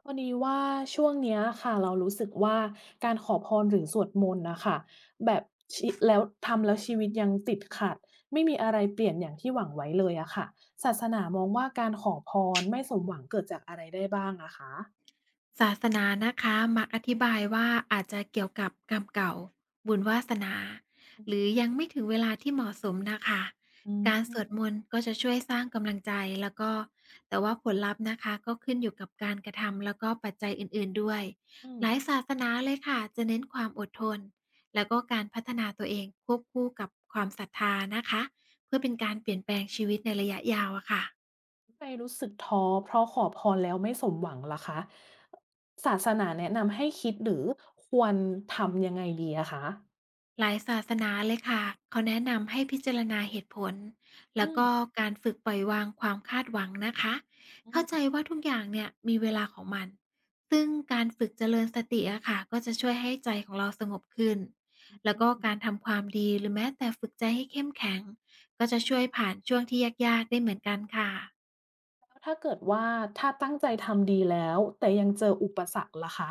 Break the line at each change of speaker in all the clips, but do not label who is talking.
พอดีว่าช่วงเนี้ยค่ะเรารู้สึกว่าการขอพรหรือสวดมนต์นะคะแบบชิแล้วทำแล้วชีวิตยังติดขัดไม่มีอะไรเปลี่ยนอย่างที่หวังไว้เลยอะค่ะศาสนามองว่าการขอพรไม่สมหวังเกิดจากอะไรได้บ้างอะคะ
ศาสนานะคะมักอธิบายว่าอาจจะเกี่ยวกับกรรมเก่าบุญวาสนาหรือยังไม่ถึงเวลาที่เหมาะสมนะคะ
อืม
การสวดมนต์ก็จะช่วยสร้างกำลังใจแล้วก็แต่ว่าผลลัพธ์นะคะก็ขึ้นอยู่กับการกระทำแล้วก็ปัจจัยอื่นๆด้วย
อืม
หลายศาสนาเลยค่ะจะเน้นความอดทนแล้วก็การพัฒนาตัวเองควบคู่กับความศรัทธานะคะเพื่อเป็นการเปลี่ยนแปลงชีวิตในระยะยาวอะค่ะ
ไมรรู้สึกท้อเพราะขอพรแล้วไม่สมหวังล่ะคะศาสนาแนะนำให้คิดหรือควรทำยังไงดีอะคะ
หลายศาสนาเลยค่ะเขาแนะนำให้พิจารณาเหตุผล
อื
แล้ว
ม
ก็การฝึกปล่อยวางความคาดหวังนะคะ
อื
เข้า
ม
ใจว่าทุกอย่างเนี่ยมีเวลาของมันซึ่งการฝึกเจริญสติอะค่ะก็จะช่วยให้ใจของเราสงบขึ้นแล้ว
อื
ก็กา
ม
รทำความดีหรือแม้แต่ฝึกใจให้เข้มแข็งก็จะช่วยผ่านช่วงที่ยากๆได้เหมือนกันค่ะ
ถ้าเกิดว่าถ้าตั้งใจทำดีแล้วแต่ยังเจออุปสรรคล่ะคะ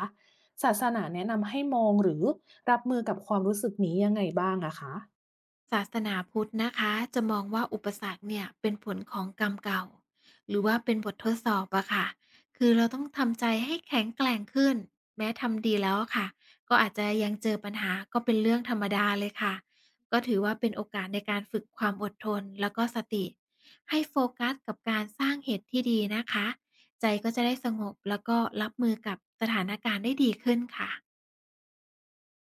ศาสนาแนะนำให้มองหรือรับมือกับความรู้สึกนี้ยังไงบ้างอะคะ
ศาสนาพุทธนะคะจะมองว่าอุปสรรคเนี่ยเป็นผลของกรรมเก่าหรือว่าเป็นบททดสอบอะค่ะคือเราต้องทำใจให้แข็งแกร่งขึ้นแม้ทำดีแล้วอะค่ะก็อาจจะยังเจอปัญหาก็เป็นเรื่องธรรมดาเลยค่ะก็ถือว่าเป็นโอกาสในการฝึกความอดทนแล้วก็สติให้โฟกัสกับการสร้างเหตุที่ดีนะคะใจก็จะได้สงบแล้วก็รับมือกับสถานการณ์ได้ดีขึ้นค่ะ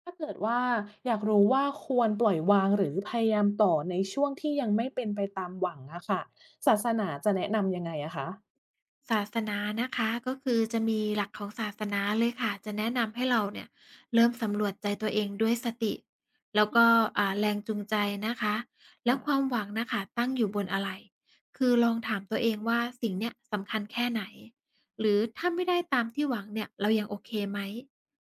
ถ้าเกิดว่าอยากรู้ว่าควรปล่อยวางหรือพยายามต่อในช่วงที่ยังไม่เป็นไปตามหวังอะค่ะศาสนาจะแนะนำยังไงอะคะ
ศาสนานะคะก็คือจะมีหลักของศาสนาเลยค่ะจะแนะนำให้เราเนี่ยเริ่มสำรวจใจตัวเองด้วยสติแล้ว
อืม
ก็แรงจูงใจนะคะแล้
ค่ะ
วความหวังนะค่ะตั้งอยู่บนอะไรคือลองถามตัวเองว่าสิ่งเนี้ยสำคัญแค่ไหนหรือถ้าไม่ได้ตามที่หวังเนี่ยเรายังโอเคไหม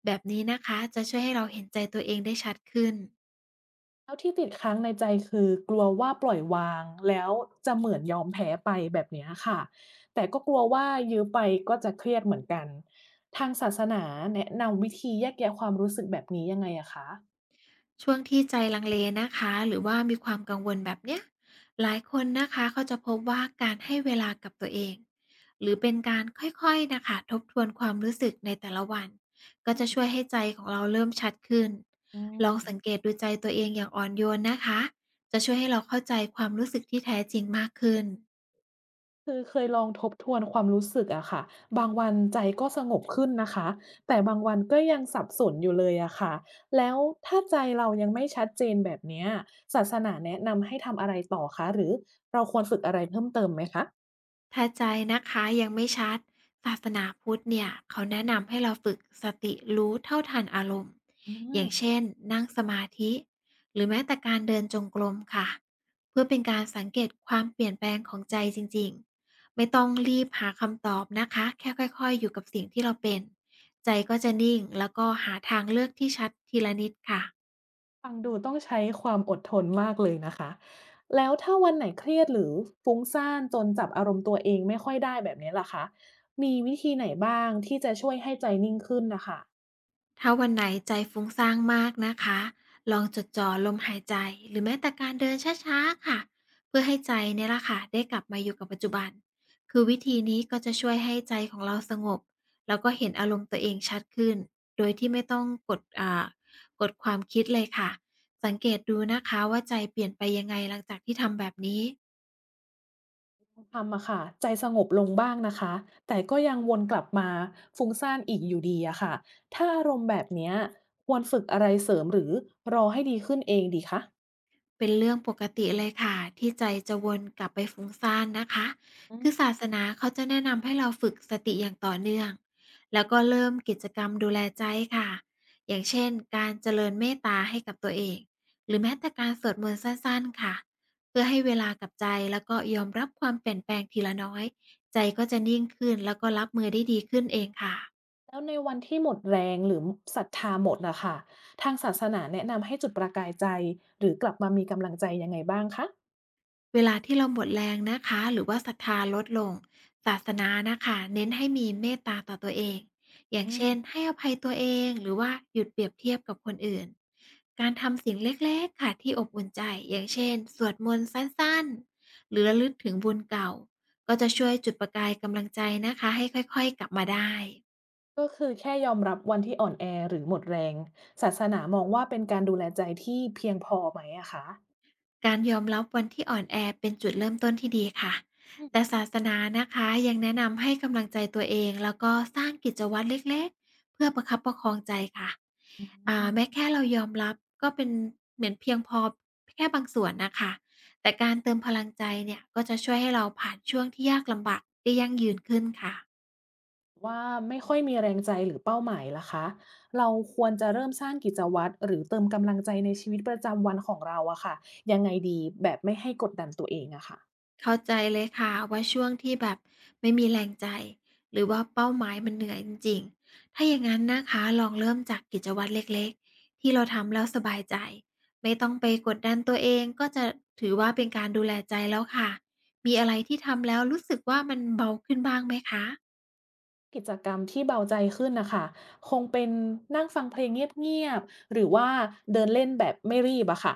แบบนี้นะคะจะช่วยให้เราเห็นใจตัวเองได้ชัดขึ้น
แล้วที่ติดค้างในใจคือกลัวว่าปล่อยวางแล้วจะเหมือนยอมแพ้ไปแบบเนี้ยค่ะแต่ก็กลัวว่ายื้อไปก็จะเครียดเหมือนกันทางศาสนาแนะนำวิธีแยกแยะความรู้สึกแบบนี้ยังไงอะคะ
ช่วงที่ใจลังเลนะคะหรือว่ามีความกังวลแบบเนี้ยหลายคนนะคะเขาจะพบว่าการให้เวลากับตัวเองหรือเป็นการค่อยๆนะคะทบทวนความรู้สึกในแต่ละวัน
อื
ก็จะช่ว
ม
ยให้ใจของเราเริ่มชัดขึ้น
อื
ลอง
ม
สังเกตดูใจตัวเองอย่างอ่อนโยนนะคะจะช่วยให้เราเข้าใจความรู้สึกที่แท้จริงมากขึ้น
คือเคยลองทบทวนความรู้สึกอะค่ะบางวันใจก็สงบขึ้นนะคะแต่บางวันก็ยังสับสนอยู่เลยอะค่ะแล้วถ้าใจเรายังไม่ชัดเจนแบบเนี้ยศาสนาแนะนำให้ทำอะไรต่อคะหรือเราควรฝึกอะไรเพิ่มเติมไหมคะ
ถ้าใจนะคะยังไม่ชัดศาสนาพุทธเนี่ยเขาแนะนำให้เราฝึกสติรู้เท่าทันอารมณ์
อื
อ
ม
ย่างเช่นนั่งสมาธิหรือแม้แต่การเดินจงกรมค่ะเพื่อเป็นการสังเกตความเปลี่ยนแปลงของใจจริงๆไม่ต้องรีบหาคำตอบนะคะแค่ค่อยๆอยู่กับสิ่งที่เราเป็นใจก็จะนิ่งแล้วก็หาทางเลือกที่ชัดทีละนิดค่ะ
ฟังดูต้องใช้ความอดทนมากเลยนะคะ แล้วถ้าวันไหนเครียดหรือฟุ้งซ่านจนจับอารมณ์ตัวเองไม่ค่อยได้แบบนี้ล่ะคะมีวิธีไหนบ้างที่จะช่วยให้ใจนิ่งขึ้นนะคะ
ถ้าวันไหนใจฟุ้งซ่านมากนะคะ ลองจดจ่อลมหายใจหรือแม้แต่การเดินช้าๆค่ะ เพื่อให้ใจเนี่ยละค่ะได้กลับมาอยู่กับปัจจุบัน คือวิธีนี้ก็จะช่วยให้ใจของเราสงบแล้วก็เห็นอารมณ์ตัวเองชัดขึ้น โดยที่ไม่ต้องกดกดความคิดเลยค่ะ สังเกตดูนะคะว่าใจเปลี่ยนไปยังไงหลังจากที่ทำแบบนี้
ทำอะค่ะใจสงบลงบ้างนะคะ แต่ก็ยังวนกลับมาฟุ้งซ่านอีกอยู่ดีอะค่ะถ้าอารมณ์แบบเนี้ยควรฝึกอะไรเสริมหรือรอให้ดีขึ้นเองดีคะ
เป็นเรื่องปกติเลยค่ะที่ใจจะวนกลับไปฟุ้งซ่านนะคะคือศาสนาเขาจะแนะนำให้เราฝึกสติอย่างต่อเนื่องแล้วก็เริ่มกิจกรรมดูแลใจค่ะอย่างเช่นการเจริญเมตตาให้กับตัวเองหรือแม้แต่การสวดมนต์สั้นๆค่ะเพื่อให้เวลากับใจแล้วก็ยอมรับความเปลี่ยนแปลงทีละน้อยใจก็จะนิ่งขึ้นแล้วก็รับมือได้ดีขึ้นเองค่ะ
แล้วในวันที่หมดแรงหรือศรัทธาหมดน่ะค่ะทางศาสนาแนะนำให้จุดประกายใจหรือกลับมามีกำลังใจยังไงบ้างคะ
เวลาที่เราหมดแรงนะคะหรือว่าศรัทธาลดลงศาสนานะคะเน้นให้มีเมตตาต่อตัวเองอย่าง
อืม
เช่นให้อภัยตัวเองหรือว่าหยุดเปรียบเทียบกับคนอื่นการทำสิ่งเล็กๆค่ะที่อบอุ่นใจอย่างเช่นสวดมนต์สั้นๆหรือระลึกถึงบุญเก่าก็จะช่วยจุดประกายกำลังใจนะคะให้ค่อยๆกลับมาได้
ก็คือแค่ยอมรับวันที่อ่อนแอหรือหมดแรงศาสนามองว่าเป็นการดูแลใจที่เพียงพอไหมอะคะ
การยอมรับวันที่อ่อนแอเป็นจุดเริ่มต้นที่ดีค่ะ แต่ศาสนานะคะยังแนะนำให้กำลังใจตัวเองแล้วก็สร้างกิจวัตรเล็กๆเพื่อประคับประคองใจค่ะ
อืม
แม้แค่เรายอมรับก็เป็นเหมือนเพียงพอแค่บางส่วนนะคะ แต่การเติมพลังใจเนี่ยก็จะช่วยให้เราผ่านช่วงที่ยากลำบากได้ยั่งยืนขึ้นค่ะ
ว่าไม่ค่อยมีแรงใจหรือเป้าหมายล่ะคะเราควรจะเริ่มสร้างกิจวัตรหรือเติมกำลังใจในชีวิตประจำวันของเราอะค่ะยังไงดีแบบไม่ให้กดดันตัวเองอะค่ะ
เข้าใจเลยค่ะว่าช่วงที่แบบไม่มีแรงใจหรือว่าเป้าหมายมันเหนื่อยจริงๆถ้าอย่างนั้นนะคะลองเริ่มจากกิจวัตรเล็กๆที่เราทำแล้วสบายใจไม่ต้องไปกดดันตัวเองก็จะถือว่าเป็นการดูแลใจแล้วค่ะมีอะไรที่ทำแล้วรู้สึกว่ามันเบาขึ้นบ้างไหมคะ
กิจกรรมที่เบาใจขึ้นน่ะค่ะคงเป็นนั่งฟังเพลงเงียบๆหรือว่าเดินเล่นแบบไม่รีบอะค่ะ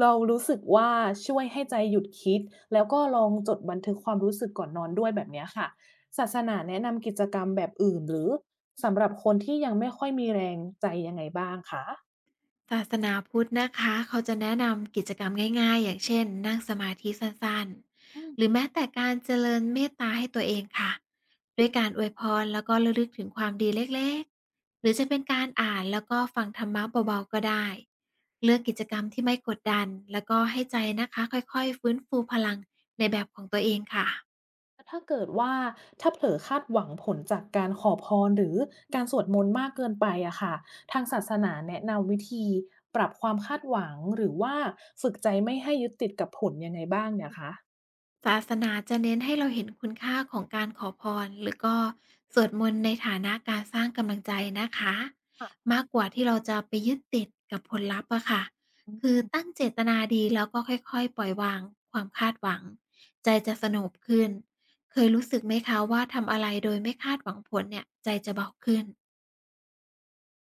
เรารู้สึกว่าช่วยให้ใจหยุดคิดแล้วก็ลองจดบันทึกความรู้สึกก่อนนอนด้วยแบบเนี้ยค่ะศาสนาแนะนำกิจกรรมแบบอื่นหรือสำหรับคนที่ยังไม่ค่อยมีแรงใจยังไงบ้างคะ
ศาสนาพุทธนะคะเขาจะแนะนำกิจกรรมง่ายๆอย่างเช่นนั่งสมาธิสั้น
อื
ๆหรื
ม
อแม้แต่การเจริญเมตตาให้ตัวเองค่ะด้วยการอวยพรแล้วก็ระลึกถึงความดีเล็กๆหรือจะเป็นการอ่านแล้วก็ฟังธรรมะเบาๆก็ได้เลือกกิจกรรมที่ไม่กดดันแล้วก็ให้ใจนะคะค่อยๆฟื้นฟูพลังในแบบของตัวเองค่ะ
ถ้าเกิดว่าถ้าเผลอคาดหวังผลจากการขอพรหรือการสวดมนต์มากเกินไปอะค่ะทางศาสนาแนะนำวิธีปรับความคาดหวังหรือว่าฝึกใจไม่ให้ยึดติดกับผลยังไงบ้างเนี่ยคะ
ศาสนาจะเน้นให้เราเห็นคุณค่าของการขอพรหรือก็สวดมนต์ในฐานะการสร้างกำลังใจนะคะ
ค่ะ
มากกว่าที่เราจะไปยึดติดกับผลลัพธ์อะค่ะ
อื
คือ
ม
ตั้งเจตนาดีแล้วก็ค่อยๆปล่อยวางความคาดหวังใจจะสงบขึ้นเคยรู้สึกไหมคะว่าทำอะไรโดยไม่คาดหวังผลเนี่ยใจจะเบาขึ้น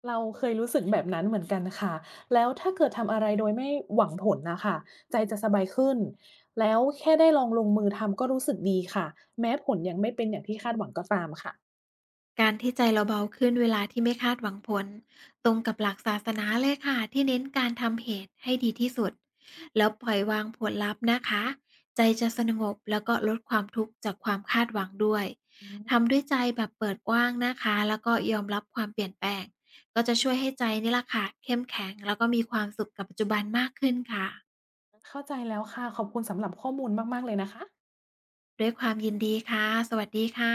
เราเคยรู้สึกแบบนั้นเหมือนกันค่ะแล้วถ้าเกิดทำอะไรโดยไม่หวังผลนะค่ะใจจะสบายขึ้นแล้วแค่ได้ลองลงมือทำก็รู้สึกดีค่ะแม้ผลยังไม่เป็นอย่างที่คาดหวังก็ตามค่ะ
การที่ใจเราเบาขึ้นเวลาที่ไม่คาดหวังผลตรงกับหลักศาสนาเลยค่ะที่เน้นการทำเหตุให้ดีที่สุดแล้วปล่อยวางผลลัพธ์นะคะใจจะสงบแล้วก็ลดความทุกข์จากความคาดหวังด้วย
อืม
ทำด้วยใจแบบเปิดกว้างนะคะแล้วก็ยอมรับความเปลี่ยนแปลงก็จะช่วยให้ใจนี่แหละค่ะเข้มแข็งแล้วก็มีความสุขกับปัจจุบันมากขึ้นค่ะ
เข้าใจแล้วค่ะขอบคุณสำหรับข้อมูลมากๆเลยนะคะ
ด้วยความยินดีค่ะสวัสดีค่ะ